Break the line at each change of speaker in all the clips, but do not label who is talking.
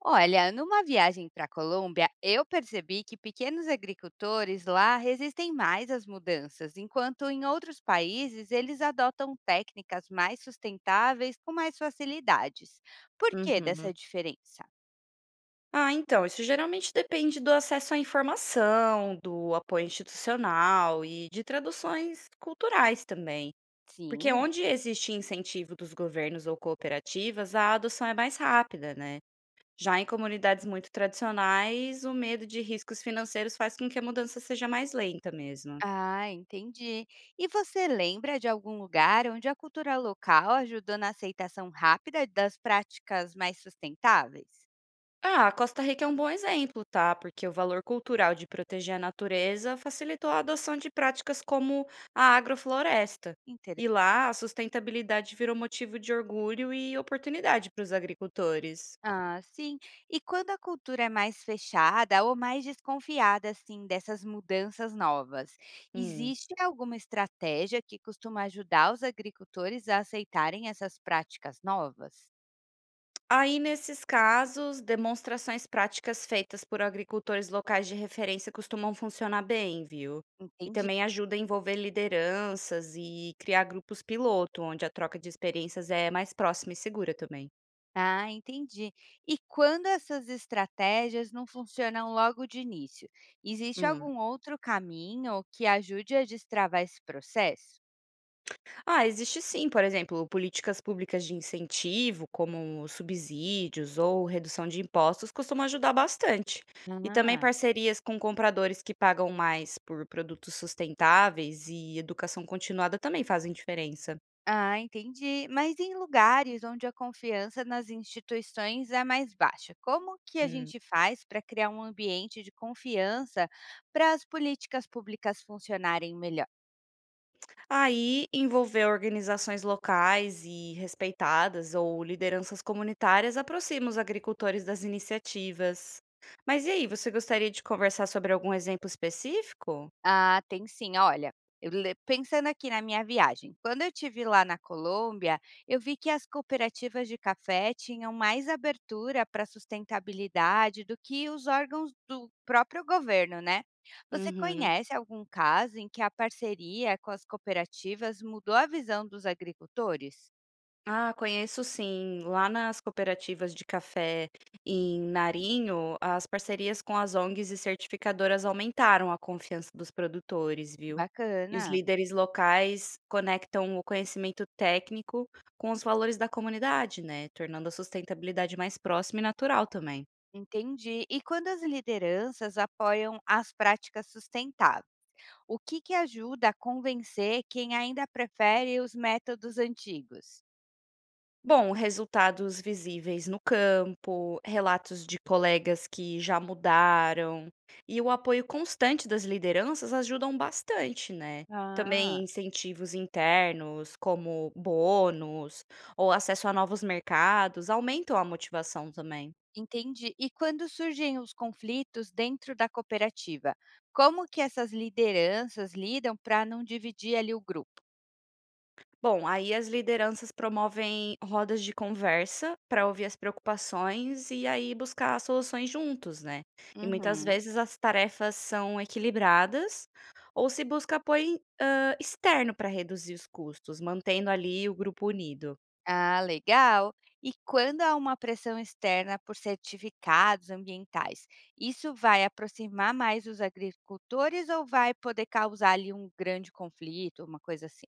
Olha, numa viagem para a Colômbia, eu percebi que pequenos agricultores lá resistem mais às mudanças, enquanto em outros países eles adotam técnicas mais sustentáveis com mais facilidades. Por que
Uhum.
dessa diferença?
Ah, então, isso geralmente depende do acesso à informação, do apoio institucional e de traduções culturais também. Porque
Sim.
onde existe incentivo dos governos ou cooperativas, a adoção é mais rápida, né? Já em comunidades muito tradicionais, o medo de riscos financeiros faz com que a mudança seja mais lenta mesmo.
Ah, entendi. E você lembra de algum lugar onde a cultura local ajudou na aceitação rápida das práticas mais sustentáveis?
Ah, a Costa Rica é um bom exemplo, tá? Porque o valor cultural de proteger a natureza facilitou a adoção de práticas como a agrofloresta. E lá, a sustentabilidade virou motivo de orgulho e oportunidade para os agricultores.
Ah, sim. E quando a cultura é mais fechada ou mais desconfiada, assim, dessas mudanças novas,
Hum.
existe alguma estratégia que costuma ajudar os agricultores a aceitarem essas práticas novas?
Aí, nesses casos, demonstrações práticas feitas por agricultores locais de referência costumam funcionar bem, viu? E
Entendi.
também ajuda a envolver lideranças e criar grupos piloto, onde a troca de experiências é mais próxima e segura também.
Ah, entendi. E quando essas estratégias não funcionam logo de início, existe
Hum.
algum outro caminho que ajude a destravar esse processo?
Ah, existe sim, por exemplo, políticas públicas de incentivo, como subsídios ou redução de impostos, costumam ajudar bastante. E também
Ah.
parcerias com compradores que pagam mais por produtos sustentáveis e educação continuada também fazem diferença.
Ah, entendi. Mas em lugares onde a confiança nas instituições é mais baixa, como que a
Hum.
gente faz para criar um ambiente de confiança para as políticas públicas funcionarem melhor?
Aí, envolver organizações locais e respeitadas ou lideranças comunitárias aproxima os agricultores das iniciativas. Mas e aí, você gostaria de conversar sobre algum exemplo específico?
Ah, tem sim. Olha, eu le pensando aqui na minha viagem, quando eu tive lá na Colômbia, eu vi que as cooperativas de café tinham mais abertura para sustentabilidade do que os órgãos do próprio governo, né? Você
Uhum.
conhece algum caso em que a parceria com as cooperativas mudou a visão dos agricultores?
Ah, conheço sim. Lá nas cooperativas de café em Narinho, as parcerias com as ONGs e certificadoras aumentaram a confiança dos produtores, viu? E os
Bacana,
líderes locais conectam o conhecimento técnico com os valores da comunidade, né? Tornando a sustentabilidade mais próxima e natural também.
entendi. E quando as lideranças apoiam as práticas sustentáveis? O que que ajuda a convencer quem ainda prefere os métodos antigos?
Bom, resultados visíveis no campo, relatos de colegas que já mudaram e o apoio constante das lideranças ajudam bastante, né?
Ah,
Também incentivos internos, como bônus ou acesso a novos mercados, aumentam a motivação também.
entendi. E quando surgem os conflitos dentro da cooperativa, como que essas lideranças lidam para não dividir ali o grupo?
Bom, aí as lideranças promovem rodas de conversa para ouvir as preocupações e aí buscar soluções juntos, né? E muitas
Uhum.
vezes as tarefas são equilibradas ou se busca apoio externo para reduzir os custos, mantendo ali o grupo unido.
Ah, legal. E quando há uma pressão externa por certificados ambientais, isso vai aproximar mais os agricultores ou vai poder causar ali um grande conflito, uma coisa assim?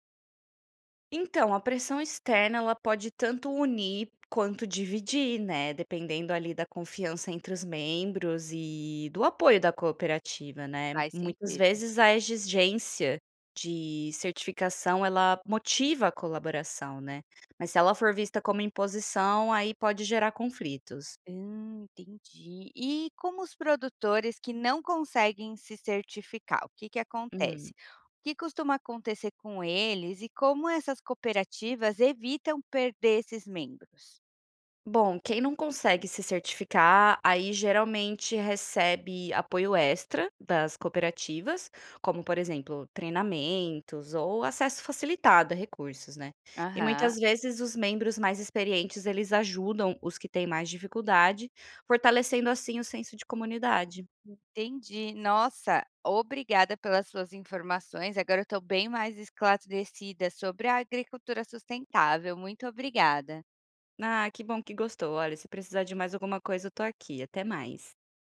Então, a pressão externa ela pode tanto unir quanto dividir, né, dependendo ali da confiança entre os membros e do apoio da cooperativa, né.
Faz
Muitas
sentido.
vezes a exigência de certificação ela motiva a colaboração, né, mas se ela for vista como imposição, aí pode gerar conflitos.
Entendi. E como os produtores que não conseguem se certificar, o que que acontece?
Uhum.
O que costuma acontecer com eles e como essas cooperativas evitam perder esses membros?
Bom, quem não consegue se certificar, aí geralmente recebe apoio extra das cooperativas, como, por exemplo, treinamentos ou acesso facilitado a recursos, né? E
Aham,
muitas vezes os membros mais experientes, eles ajudam os que têm mais dificuldade, fortalecendo assim o senso de comunidade.
entendi. Nossa, obrigada pelas suas informações. Agora eu estou bem mais esclarecida sobre a agricultura sustentável. Muito obrigada.
Ah, que bom que gostou. Olha, se precisar de mais alguma coisa, eu tô aqui. Até mais.